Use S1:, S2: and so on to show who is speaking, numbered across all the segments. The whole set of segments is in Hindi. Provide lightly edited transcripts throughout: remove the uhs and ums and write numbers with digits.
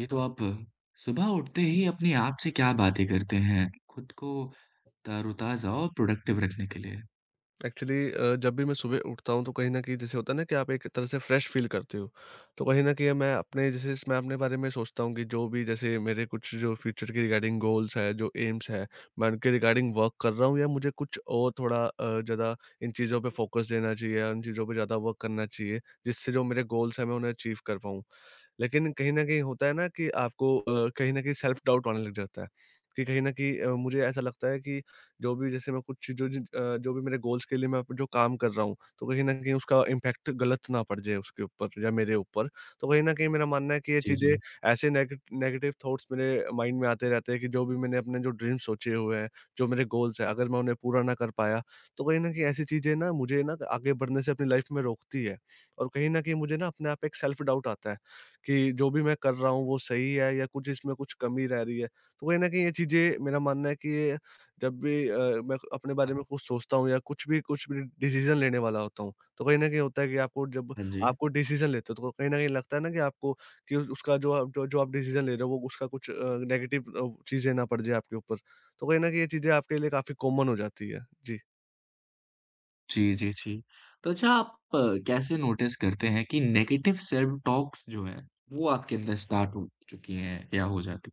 S1: ये तो आप सुबह उठते ही अपने आप से क्या बातें करते हैं, खुद को तरोताज़ा और प्रोडक्टिव रखने के लिए?
S2: एक्चुअली जब भी मैं सुबह उठता हूँ तो कहीं न कहीं जैसे होता है ना कि आप एक तरह से फ्रेश फ़ील करते हो। तो कहीं न कहीं मैं अपने जैसे इसमें अपने बारे में सोचता हूँ कि जो भी जैसे मेरे कुछ जो फ्यूचर के रिगार्डिंग गोल्स हैं, जो एम्स हैं, मैं उनके रिगार्डिंग वर्क कर रहा हूँ या मुझे कुछ और थोड़ा ज़्यादा इन चीज़ों पे फ़ोकस देना चाहिए या उन चीज़ों पे ज़्यादा वर्क करना चाहिए, जिससे जो मेरे गोल्स हैं मैं उन्हें अचीव कर पाऊँ। लेकिन कहीं न कहीं होता है ना कि आपको कहीं न कहीं सेल्फ डाउट आने लग जाता है कि कहीं न कहीं मुझे ऐसा लगता है कि जो भी जैसे मैं कुछ जो भी मेरे गोल्स के लिए मैं जो काम कर रहा हूँ, तो कहीं न कहीं उसका इम्पैक्ट गलत ना पड़ जाए उसके ऊपर या मेरे ऊपर। तो कहीं न कहीं मेरा मानना है कि ये
S1: जी,
S2: चीज़ें
S1: जी।
S2: ऐसे नेगेटिव थॉट्स मेरे माइंड में आते रहते हैं कि जो भी मैंने अपने जो ड्रीम्स सोचे हुए हैं, जो मेरे गोल्स हैं, अगर मैं उन्हें पूरा ना कर पाया, तो कहीं न कहीं ऐसी चीज़ें ना मुझे ना आगे बढ़ने से अपनी लाइफ़ में रोकती है। और कहीं न कहीं मुझे ना अपने आप एक सेल्फ डाउट आता है कि जो भी मैं कर रहा हूँ, वो सही है या कुछ इसमें कुछ कमी रह रही है। तो कहीं न कहीं ये चीज़ें मेरा मानना है कि ये जब भी मैं अपने बारे में कुछ सोचता हूँ या कुछ भी डिसीज़न लेने वाला होता हूँ, तो कहीं न कहीं होता है कि आपको जब
S1: हाँ जी।
S2: आपको डिसीज़न लेते हो, तो कहीं न कहीं लगता है ना कि उसका जो आप डिसीज़न ले रहे हो, वो उसका कुछ नेगेटिव चीज़ें ना पड़ जाए आपके ऊपर। तो कहीं न कहीं ये चीज़ें आपके लिए काफ़ी कॉमन हो जाती है। जी।
S1: जी, जी, जी। तो अच्छा आप कैसे नोटिस करते हैं कि नेगेटिव सेल्फ टॉक्स जो है, वो आपके अंदर स्टार्ट हो चुकी हैं या हो जाती?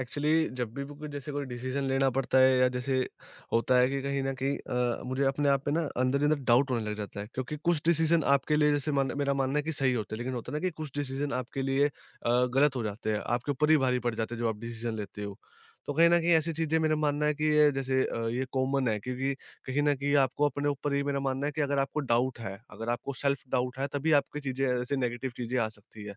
S2: एक्चुअली जब भी कोई डिसीजन लेना पड़ता है या जैसे होता है कि कहीं न कहीं मुझे अपने आप पे ना अंदर ही अंदर डाउट होने लग जाता है क्योंकि कुछ डिसीजन आपके लिए जैसे मान मेरा मानना है कि सही होते हैं, लेकिन होता है ना कि कुछ डिसीजन आपके लिए गलत हो जाते हैं, आपके ऊपर ही भारी पड़ जाते हैं जो आप डिसीजन लेते हो। तो कहीं न कहीं ऐसी चीज़ें मेरा मानना है कि ये जैसे ये कॉमन है क्योंकि कहीं न कहीं आपको अपने ऊपर ही मेरा मानना है कि अगर आपको डाउट है, अगर आपको सेल्फ डाउट है तभी आपकी चीज़ें ऐसे नेगेटिव चीज़ें आ सकती है।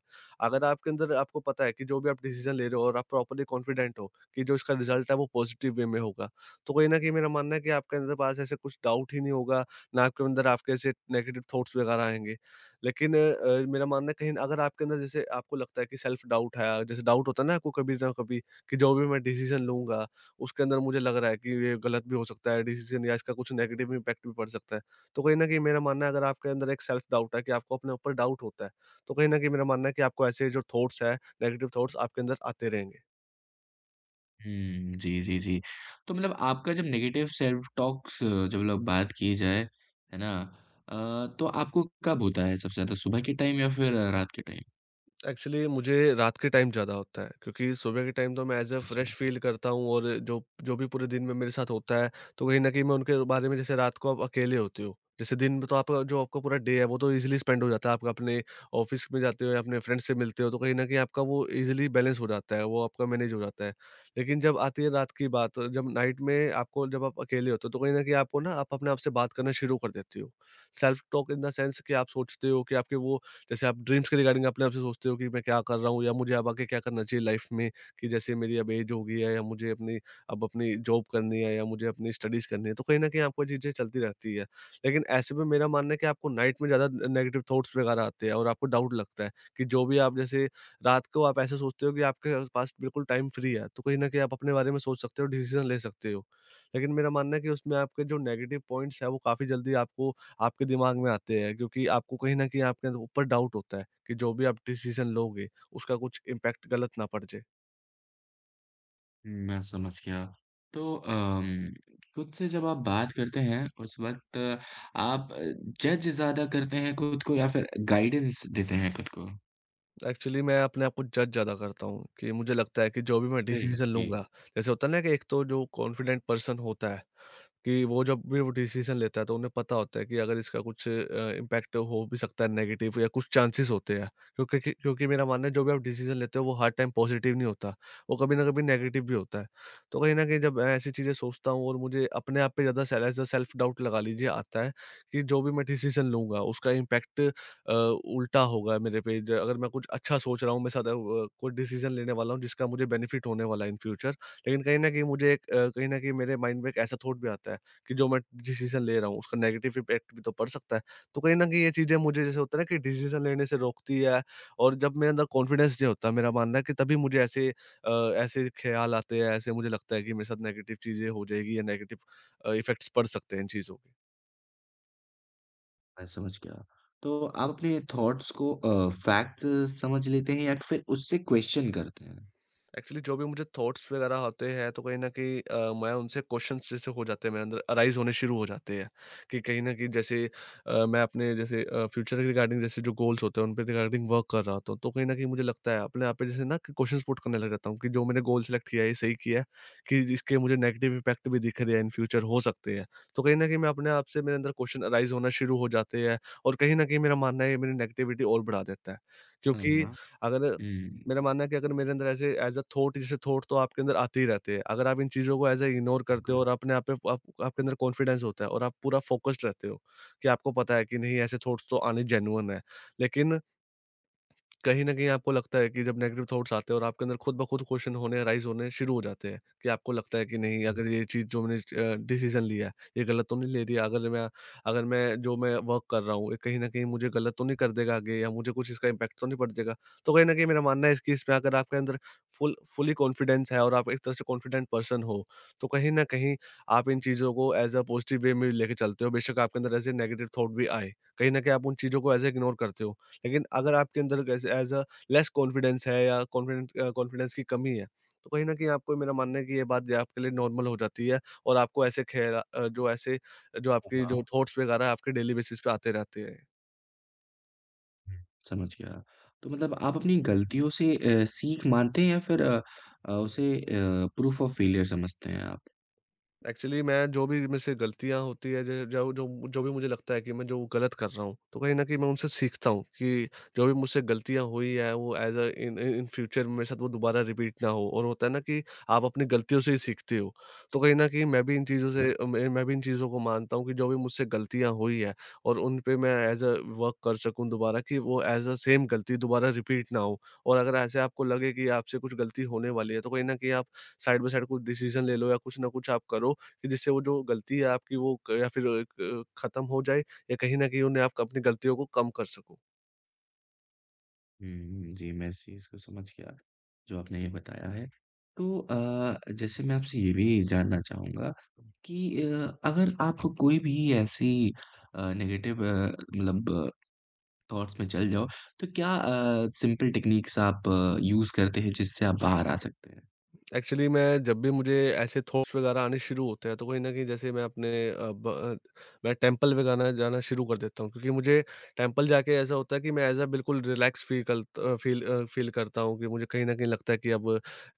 S2: अगर आपके अंदर आपको पता है कि जो भी आप डिसीजन ले रहे हो और आप प्रॉपर्ली कॉन्फिडेंट हो कि जो इसका रिजल्ट है वो पॉजिटिव वे में होगा, तो कहीं न कहीं मेरा मानना है कि आपके अंदर पास ऐसे कुछ डाउट ही नहीं होगा, ना आपके अंदर आपके ऐसे नेगेटिव थॉट्स वगैरह आएँगे। लेकिन मेरा मानना है कहीं अगर आपके अंदर जैसे आपको लगता है कि सेल्फ डाउट है, जैसे डाउट होता है ना आपको कभी ना कभी कि जो भी मैं डिसीजन लूँगा, उसके अंदर मुझे लग रहा है कि ये गलत भी हो सकता है डिसीजन या इसका कुछ नेगेटिव इम्पैक्ट भी पड़ सकता है। तो कहीं न कहीं मेरा मानना है अगर आपके अंदर एक सेल्फ डाउट है कि आपको अपने ऊपर डाउट होता है तो कहीं न कहीं मेरा मानना है कि आपको ऐसे जो थॉट्स हैं, नेगेटिव थॉट्स आपके अंदर आते रहेंगे।
S1: जी, जी, जी। तो मतलब आपका जब नेगेटिव सेल्फ टॉक्स जब मतलब बात की जाए, है ना? तो आपको कब होता है सबसे ज़्यादा सुबह के टाइम या फिर रात के टाइम?
S2: एक्चुअली मुझे रात के टाइम ज़्यादा होता है क्योंकि सुबह के टाइम तो मैं एज़ अ
S1: अच्छा,
S2: फ्रेश
S1: अच्छा।
S2: फ़ील करता हूँ और जो जो भी पूरे दिन में मेरे साथ होता है, तो कहीं न कहीं मैं उनके बारे में जैसे रात को आप अकेले होते हो, जैसे दिन में तो आपका पूरा डे है वो तो ईज़िली स्पेंड हो जाता है, आप अपने ऑफ़िस में जाते हो या अपने फ्रेंड्स से मिलते हो तो कहीं न कहीं आपका वो ईज़िली बैलेंस हो जाता है, वो आपका मैनेज हो जाता है। लेकिन जब आती है रात की बात, जब नाइट में आपको जब आप अकेले होते हो तो कहीं न कहीं आपको ना आप अपने आप से बात करना शुरू कर देते हो। Self talk in the sense कि आप सोचते हो कि आपके वो जैसे आप ड्रीम्स के रिगार्डिंग अपने आप से सोचते हो कि मैं क्या कर रहा हूँ या मुझे अब आगे क्या करना चाहिए लाइफ में कि जैसे मेरी अब एज हो गई है या मुझे अपनी अब अपनी जॉब करनी है या मुझे अपनी स्टडीज करनी है तो कहीं ना कहीं आपको चीजें चलती रहती है। लेकिन ऐसे में मेरा मानना है कि आपको नाइट में ज्यादा नेगेटिव थॉट्स वगैरह आते हैं और आपको डाउट लगता है कि जो भी आप जैसे रात को आप ऐसे सोचते हो कि आपके पास बिल्कुल टाइम फ्री है तो कहीं ना कहीं आप अपने बारे में सोच सकते हो, डिसीजन ले सकते हो। लेकिन मेरा मानना है कि उसमें आपके जो नेगेटिव पॉइंट्स है वो काफी जल्दी आपको आपके दिमाग में आते हैं क्योंकि आपको कहीं न कहीं आपके अंदर ऊपर डाउट होता है कि जो भी आप डिसीज़न लोगे, उसका कुछ इम्पैक्ट गलत ना पड़ जाए।
S1: मैं समझ गया। तो खुद से जब आप बात करते हैं उस वक़्त आप जज ज़्यादा करते हैं खुद को या फिर गाइडेंस देते हैं खुद को?
S2: एक्चुअली मैं अपने आप को जज ज़्यादा करता हूँ कि मुझे लगता है कि जो भी मैं
S1: अरे!
S2: डिसीज़न
S1: जी,
S2: लूँगा, जैसे होता है ना कि एक तो जो कॉन्फिडेंट पर्सन होता है कि वो जब भी वो डिसीज़न लेता है तो उन्हें पता होता है कि अगर इसका कुछ इम्पैक्ट हो भी सकता है नेगेटिव या कुछ चांसेस होते हैं। क्योंकि मेरा मानना है जो भी आप डिसीज़न लेते हो वो हर टाइम पॉजिटिव नहीं होता, वो कभी ना कभी नेगेटिव भी होता है। तो कहीं न कहीं जब मैं ऐसी चीज़ें सोचता हूँ और मुझे अपने आप पे ज़्यादा sell as a self doubt लगा लीजिए आता है कि जो भी मैं डिसीज़न लूँगा उसका इम्पैक्ट उल्टा होगा मेरे पे। ज अगर मैं कुछ अच्छा सोच रहा हूँ, मैं सादा कोई डिसीज़न लेने वाला हूँ जिसका मुझे बेनिफिट होने वाला है इन फ्यूचर, लेकिन कहीं न कहीं कहीं न कहीं मेरे माइंड में एक ऐसा थॉट भी आता है कि जो मैं डिसीज़न ले रहा हूँ, उसका नेगेटिव इम्पैक्ट भी तो पड़ सकता है। तो कहीं न कहीं ये चीज़ें मुझे जैसे होता है ना कि डिसीज़न लेने से रोकती है, और जब मेरे अंदर कॉन्फिडेंस नहीं होता, मेरा मानना है कि तभी मुझे ऐसे ऐसे ख़्याल आते हैं, ऐसे मुझे लगता है कि मेरे साथ नेगेटिव चीज़ें हो जाएगी या नेगेटिव इफ़ेक्ट्स पड़ सकते हैं इन चीज़ों के।
S1: मैं समझ गया। तो आप अपने थॉट्स को फैक्ट समझ लेते हैं या फिर उससे क्वेश्चन करते हैं?
S2: एक्चुअली जो भी मुझे थॉट्स वगैरह होते हैं तो कहीं न कहीं मैं उनसे क्वेश्चंस जैसे हो जाते हैं, मेरे अंदर अराइज़ होने शुरू हो जाते हैं कि कहीं न कहीं जैसे मैं अपने जैसे फ्यूचर के रिगार्डिंग जैसे जो गोल्स होते हैं उन पे रिगार्डिंग वर्क कर रहा होता हूँ। तो कहीं न कहीं मुझे लगता है अपने आप पे जैसे ना कि क्वेश्चंस पुट करने लग जाता हूँ कि जो मैंने गोल सेलेक्ट किया है ये सही किया है? कि इसके मुझे नेगेटिव इम्पैक्ट भी दिख रहे हैं, इन फ्यूचर हो सकते हैं। तो कहीं न कहीं मैं अपने आप से मेरे अंदर क्वेश्चन अराइज़ होना शुरू हो जाते हैं, और कहीं न कहीं मेरा मानना है ये मेरी नेगेटिविटी और बढ़ा देता है।
S1: हाँ,
S2: क्योंकि
S1: हाँ।
S2: अगर
S1: हुँ,
S2: मेरा मानना है कि अगर मेरे अंदर ऐसे एज़ अ थॉट जैसे थॉट तो आपके अंदर आते ही रहते हैं। अगर आप इन चीज़ों को एज़ अ इग्नोर करते हो
S1: बिल्कुल।
S2: और अपने आप पे आप आपके अंदर कॉन्फिडेंस होता है और आप पूरा फ़ोकस्ड रहते हो, कि आपको पता है कि नहीं ऐसे थॉट्स तो आने जेन्युइन है। लेकिन कहीं न कहीं आपको लगता है कि जब नेगेटिव थॉट्स आते हैं और आपके अंदर खुद ब खुद क्वेश्चन होने राइज़ होने शुरू हो जाते हैं, कि आपको लगता है कि नहीं अगर ये चीज़ जो मैंने डिसीज़न लिया है, ये गलत तो नहीं ले रही है? अगर मैं जो मैं वर्क कर रहा हूँ, ये कहीं न कहीं मुझे गलत तो नहीं कर देगा आगे या मुझे कुछ इसका इम्पैक्ट तो नहीं पड़ जाएगा? तो कहीं न कहीं मेरा मानना है, इस केस में अगर आपके अंदर फुली कॉन्फिडेंस है और आप एक तरह से कॉन्फिडेंट पर्सन हो, तो कहीं न कहीं आप इन चीज़ों को एज़ अ पॉज़िटिव वे में लेके चलते हो। बेशक आपके अंदर ऐसे नेगेटिव थॉट भी आए, कहीं न कहीं आप उन चीज़ों को एज़ अ इग्नोर करते हो। लेकिन अगर आपके अंदर as as a less confidence है या कॉन्फिडेंस की कमी है, तो कहीं न कहीं आपको मेरा मानना है कि ये बात जो है आपके लिए नॉर्मल हो जाती है, और आपको ऐसे खेला अ, जो ऐसे जो
S1: हाँ,
S2: आपकी जो
S1: हाँ।
S2: थॉट्स वगैरह आपके डेली बेसिस पे आते रहते हैं।
S1: हुँ, समझ गया। तो मतलब आप अपनी गलतियों से सीख मानते हैं या फिर उसे प्रूफ ऑफ फेलियर समझते हैं आप?
S2: एक्चुअली मैं जो भी मेरे से गलतियाँ होती है, ज जो जो जो भी मुझे लगता है कि मैं जो गलत कर रहा हूँ, तो कहीं न कहीं मैं उनसे सीखता हूँ कि जो भी मुझसे गलतियाँ हुई है, वो as a in in future मेरे साथ वो दोबारा रिपीट ना हो, और होता है ना कि आप अपनी गलतियों से ही सीखते हो। तो कहीं न कहीं मैं भी इन चीज़ों को मानता हूँ कि जो भी मुझसे गलतियाँ हुई है, और उन पे मैं एज़ अ वर्क कर सकूँ दोबारा, कि वो एज़ अ सेम गलती दोबारा रिपीट ना हो। और अगर ऐसे आपको लगे कि आपसे कुछ गलती होने वाली है, तो कहीं न कहीं आप साइड बाय साइड कुछ डिसीज़न ले लो, या कुछ ना कुछ आप करो कि जिससे वो जो गलती है आपकी, वो क या फिर अ, क ख़त्म हो जाए, या कहीं न कहीं उन्हें आप अपनी गलतियों को कम कर सको?
S1: जी, मैं इस चीज़ को समझ गया, जो आपने ये बताया है। तो जैसे मैं आपसे ये भी जानना चाहूँगा कि अगर आप कोई भी ऐसी नेगेटिव मतलब थॉट्स में चल जाओ, तो क्या सिंपल टेक्निक्स आप यूज़ करते हैं, जिससे आप बाहर आ सकते हैं?
S2: एक्चुअली मैं जब भी मुझे ऐसे थॉट्स वगैरह आने शुरू होते हैं, तो कहीं न कहीं जैसे मैं अपने अ, ब अ, मैं टेंपल वगैरह जाना शुरू कर देता हूँ, क्योंकि मुझे टेंपल जाके ऐसा होता है कि मैं एज़ अ बिल्कुल रिलैक्स फ़ील कल अ, फ़ील करता हूँ, कि मुझे कहीं न कहीं लगता है कि अब,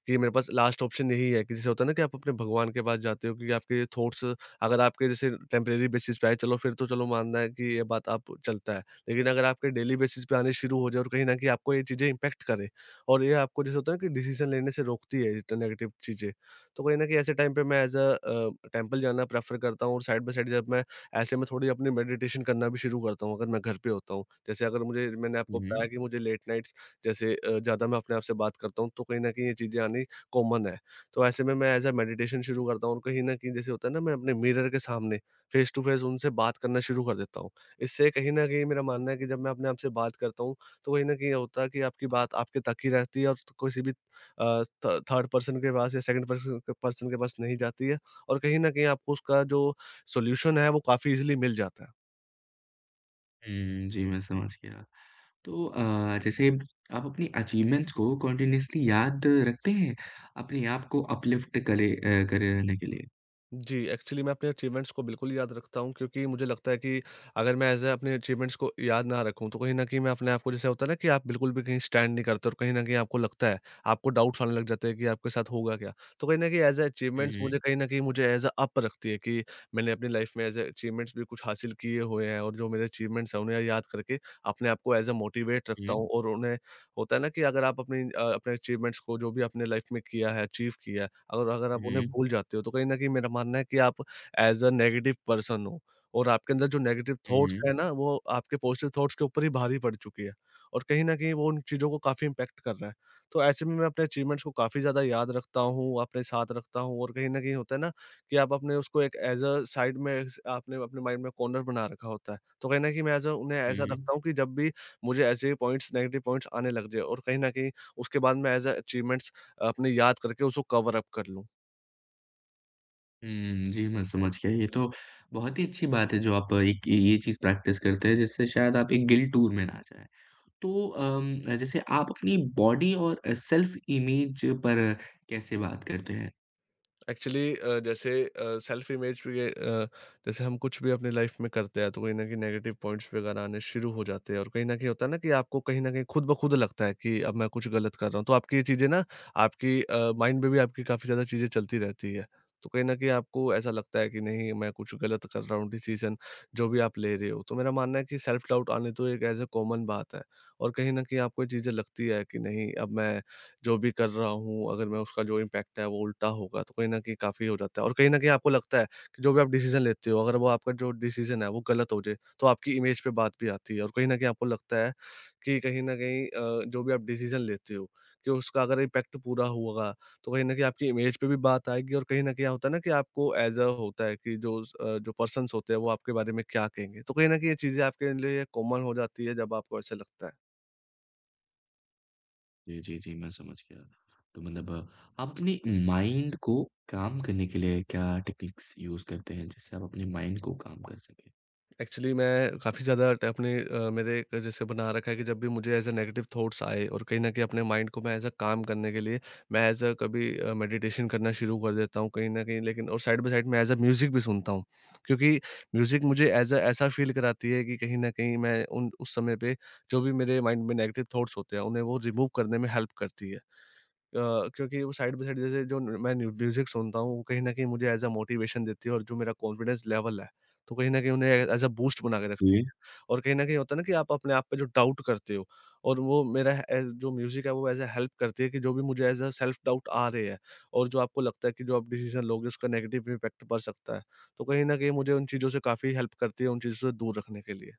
S2: कि मेरे पास लास्ट ऑप्शन यही है, कि जैसे होता है ना कि आप अपने भगवान के पास जाते हो, क्योंकि आपके थॉट्स अगर आपके जैसे टेम्परेरी बेसिस पे आए, चलो फिर तो चलो, मानना है कि ये बात आप चलता है। लेकिन अगर आपके डेली बेसिस पे आने शुरू हो जाए, और कहीं न कहीं आपको ये चीज़ें इम्पैक्ट करें, और ये आपको जैसे होता है ना कि डिसीज़न लेने से रोकती है, इतना नेगेटिव चीज़ें। तो कहीं न कहीं ऐसे टाइम पे मैं एज़ अ टेम्पल जाना प्रेफ़र करता हूँ, और साइड बाय साइड जब मैं ऐसे में थोड़ी अपनी मेडिटेशन करना भी शुरू करता हूँ, अगर मैं घर पे होता हूँ। जैसे अगर मुझे मैंने
S1: हुँ,
S2: आपको बताया
S1: हुँ।
S2: कि मुझे लेट नाइट्स, जैसे ज़्यादा मैं अपने आप से बात करता हूँ, तो कहीं न कहीं ये चीज़ें आनी कॉमन है। तो ऐसे में मैं एज़ अ मेडिटेशन शुरू करता हूँ, और कहीं न कहीं जैसे होता है ना, मैं अपने मिरर के सामने फ़ेस टू फ़ेस उनसे बात करना शुरू कर देता हूँ। इससे कहीं न कहीं मेरा मानना है कि जब मैं अपने आप से बात करता हूँ, तो कहीं न कहीं ये होता है कि आपकी बात आपके तक ही रहती है, और तो किसी भी अ, थ थर्ड पर्सन के पास या सेकंड पर्सन पर्सन के पास नहीं जाती है, और कहीं न कहीं आपको उसका जो सॉल्यूशन है वो काफ़ी ईज़िली मिल जाता है।
S1: जी, मैं समझ गया। तो जैसे आप अपनी अचीवमेंट्स को कंटीन्यूअसली याद रखते हैं, अपने आप को अपलिफ्ट करने के लिए?
S2: जी, एक्चुअली मैं अपने अचीवमेंट्स को बिल्कुल याद रखता हूँ, क्योंकि मुझे लगता है कि अगर मैं ऐसे अपने अचीवमेंट्स को याद ना रखूँ, तो कहीं न कहीं मैं अपने आप को जैसे होता है ना कि आप बिल्कुल भी कहीं स्टैंड नहीं करते, और कहीं न कहीं आपको लगता है, आपको डाउट्स आने लग जाते हैं कि आपके साथ होगा क्या? तो कहीं न कहीं एज़ अ
S1: हुँ,
S2: अचीवमेंट्स मुझे,
S1: हुँ।
S2: कहीं न कहीं मुझे एज़ अ अप रखती है कि मैंने अपनी लाइफ़ में एज़ अ अचीवमेंट्स भी कुछ हासिल किए हुए हैं, और जो मेरे अचीवमेंट्स हैं, उन्हें याद करके अपने आप को एज़ अ मोटिवेट रखता
S1: हुँ।
S2: हूँ, और उन्हें होता है ना कि अगर आप अपनी अपने अचीवमेंट्स को, जो भी आपने लाइफ़ में किया है, अचीव किया है, और अगर आप उन्हें
S1: हुँ,
S2: भूल जाते हो, तो कहीं न कहीं मेरा मानना है कि आप एज़ अ नेगेटिव पर्सन हो, और आपके अंदर जो नेगेटिव थॉट्स
S1: हुँ,
S2: हैं ना, वो आपके पॉज़िटिव थॉट्स के ऊपर ही भारी पड़ चुकी है, और कहीं न कहीं वो उन चीज़ों को काफ़ी इम्पैक्ट कर रहा है। तो ऐसे में मैं अपने अचीवमेंट्स को काफ़ी ज़्यादा याद रखता हूँ, अपने साथ रखता हूँ, और कहीं न कहीं होता है ना कि आप अपने उसको एक एज़ अ साइड में स आपने अपने माइंड में कॉर्नर बना रखा होता है। तो कहीं न कहीं मैं एज़ अ उन्हें ऐसा
S1: हुँ,
S2: रखता हूँ कि जब भी मुझे ऐसे पॉइंट्स नेगेटिव पॉइंट्स आने लग जाएँ, और कहीं न कहीं उसके बाद मैं एज़ अ अचीवमेंट्स अपने याद करके उसको कवर अप कर लूँ।
S1: जी, मैं समझ गया। ये तो बहुत ही अच्छी बात है जो आप एक ये चीज़ प्रैक्टिस करते हैं जिससे शायद आप एक गिल्ट टूर में ना जाएँ। तो जैसे आप अपनी बॉडी और सेल्फ इमेज पर कैसे बात करते हैं?
S2: एक्चुअली जैसे सेल्फ इमेज पे, जैसे हम कुछ भी अपनी लाइफ में करते हैं, तो कहीं न कहीं नेगेटिव पॉइंट्स वगैरह आने शुरू हो जाते हैं, और कहीं न कहीं होता है ना कि आपको कहीं न कहीं खुद ब खुद लगता है कि अब मैं कुछ गलत कर रहा हूँ। तो आपकी ये चीज़ें ना, आपकी माइंड में भी आपकी काफ़ी ज़्यादा चीज़ें चलती रहती है। तो कहीं न कहीं आपको ऐसा लगता है कि नहीं मैं कुछ गलत कर रहा हूँ, डिसीज़न जो भी आप ले रहे हो। तो मेरा मानना है कि सेल्फ डाउट आने तो एक ऐज़ अ कॉमन बात है, और कहीं न कहीं आपको ये चीज़ें लगती है कि नहीं अब मैं जो भी कर रहा हूँ, अगर मैं उसका जो इम्पैक्ट है वो उल्टा होगा, तो कहीं न कहीं काफ़ी हो जाता है, और कहीं न कहीं आपको लगता है कि जो भी आप डिसीज़न लेते हो, अगर वो आपका जो डिसीज़न है वो गलत हो जाए, तो आपकी इमेज पे बात भी आती है, और कहीं न कहीं आपको लगता है कि कहीं न कहीं जो भी आप डिसीज़न लेते हो, कि उसका अगर इम्पैक्ट पूरा होगा, तो कहीं न कहीं आपकी इमेज पे भी बात आएगी, और कहीं न कहीं होता है ना कि आपको एज़ अ होता है कि जो पर्सन्स होते हैं वो आपके बारे में क्या कहेंगे? तो कहीं न कहीं ये चीज़ें आपके लिए कॉमन हो जाती है, जब आपको ऐसा लगता है।
S1: जी, जी, जी, मैं समझ गया। तो मतलब आप अपने माइंड को काम करने के लिए क्या टेक्निक्स यूज़ करते हैं जिससे आप अपने माइंड को काम कर सकें?
S2: एक्चुअली मैं काफ़ी ज़्यादा मेरे एक जैसे बना रखा है, कि जब भी मुझे एज अ नेगेटिव थॉट्स आए, और कहीं ना कहीं अपने माइंड को मैं एज अ काम करने के लिए, मैं एज अ कभी मेडिटेशन करना शुरू कर देता हूँ कहीं ना कहीं। लेकिन और साइड बाय साइड मैं एज अ म्यूज़िक भी सुनता हूँ, क्योंकि म्यूज़िक मुझे एज अ ऐसा फील कराती है कि कहीं ना कहीं मैं उन उस समय पे जो भी मेरे माइंड में नेगेटिव थॉट्स होते हैं, उन्हें वो रिमूव करने में हेल्प करती है, क्योंकि वो साइड बाय साइड जैसे जो न मैं न्यू म्यूज़िक सुनता हूँ, वो कहीं न कहीं मुझे एज़ अ मोटिवेशन देती है, और जो मेरा कॉन्फिडेंस लेवल है, तो कहीं न कहीं उन्हें एज़ अ बूस्ट बना के रखती
S1: जी।
S2: है। और कहीं न कहीं होता है ना कि आप अपने आप पे जो डाउट करते हो, और वो मेरा ए जो म्यूज़िक है वो एज़ अ हेल्प करती है कि जो भी मुझे एज़ अ सेल्फ डाउट आ रहे हैं, और जो आपको लगता है कि जो आप डिसीज़न लोगे, उसका नेगेटिव इम्पैक्ट पड़ सकता है। तो कहीं न कहीं मुझे उन चीज़ों से काफ़ी हेल्प करती है, उन चीज़ों से दूर रखने के लिए।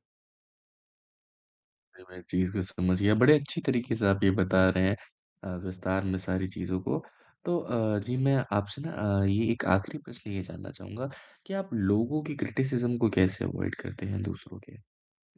S1: जी, मैं चीज़ को समझ गया। बड़े अच्छी तरीके से आप ये बता रहे हैं विस्तार में सारी चीज़ों को। तो जी मैं आपसे ना ये एक आखिरी प्रश्न ये जानना चाहूँगा कि आप लोगों की क्रिटिसिज़्म को कैसे अवॉइड करते हैं दूसरों के?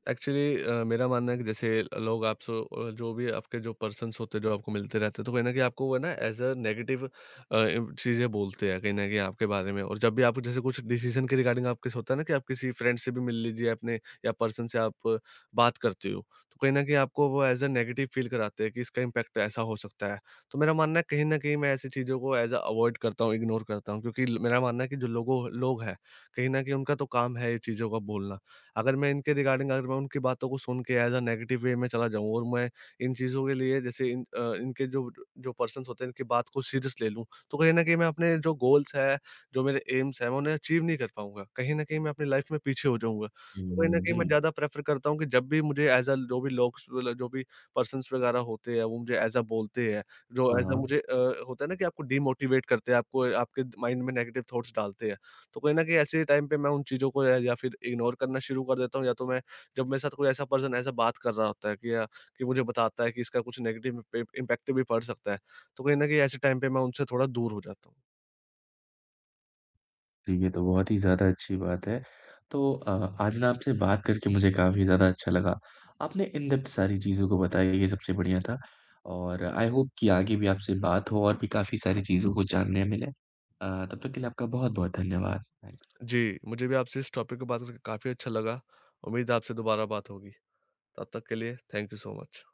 S2: एक्चुअली मेरा मानना है कि जैसे लोग आपसे, जो भी आपके जो पर्सन्स होते हैं जो आपको मिलते रहते हैं, तो कहीं न कहीं आपको वो ना एज़ अ नेगेटिव अ, इम चीज़ें बोलते हैं कहीं न कहीं आपके बारे में, और जब भी आपको जैसे कुछ डिसीज़न के रिगार्डिंग आपके होता है ना कि आप किसी फ्रेंड से भी मिल लीजिए अपने, या पर्सन से आप बात करते हो, तो कहीं न कहीं आपको वो एज़ अ नेगेटिव फ़ील कराते हैं कि इसका इम्पैक्ट ऐसा हो सकता है। तो मेरा मानना है कहीं न कहीं मैं ऐसी चीज़ों को एज़ अ अवॉइड करता हूँ, इग्नोर करता हूँ, क्योंकि ल मेरा मानना है कि जो लोग हैं, कहीं न कहीं उनका तो काम है ये चीज़ों का बोलना। अगर मैं उनकी बातों को सुन के एज़ अ नेगेटिव वे में चला जाऊँ, और मैं इन चीज़ों के लिए जैसे इनके जो जो पर्सन्स होते हैं, इनकी बात को सीरियस ले लूँ, तो कहीं न कहीं मैं अपने जो गोल्स हैं, जो मेरे एम्स हैं, मैं उन्हें अचीव नहीं कर पाऊँगा। कहीं न कहीं मैं अपनी लाइफ़ में पीछे हो जाऊँगा। तो कहीं न कहीं मैं
S1: जी।
S2: ज़्यादा प्रेफ़र करता हूँ कि जब भी मुझे एज़ अ जो भी लोग, मतलब जो भी पर्सन्स वगैरह होते हैं, वो मुझे एज़ अ बोलते हैं, जो
S1: हाँ,
S2: एज़ अ
S1: हाँ।
S2: मुझे होता है ना कि आपको डीमोटिवेट करते हैं, आपको आपके माइंड में नेगेटिव थॉट्स डालते हैं। तो कहीं न कहीं ऐसे टाइम पे मैं उन चीज़ों को या फिर इग्नोर करना शुरू कर देता हूँ, या तो मैं जब मेरे साथ कोई ऐसा पर्सन ऐसा बात कर रहा होता है कि, या कि मुझे बताता है कि इसका कुछ नेगेटिव इम्पैक्ट भी पड़ सकता है, तो कहीं न कहीं ऐसे टाइम पे मैं उनसे थोड़ा दूर हो जाता हूँ।
S1: जी, ये तो बहुत ही ज़्यादा अच्छी बात है। तो आज ना आपसे बात करके मुझे काफ़ी ज़्यादा अच्छा लगा। आपने इन डेप्थ सारी चीज़ों को बताया ये सबसे बढ़िया था और आई होप कि आगे भी आपसे बात हो और भी काफ़ी सारी चीज़ों को जानने मिले। तब तक के लिए आपका बहुत-बहुत धन्यवाद। थैंक्स।
S2: जी, मुझे भी आपसे इस टॉपिक पे बात करके काफ़ी अच्छा लगा। उम्मीद है आपसे दोबारा बात होगी। तब तक के लिए थैंक यू सो मच।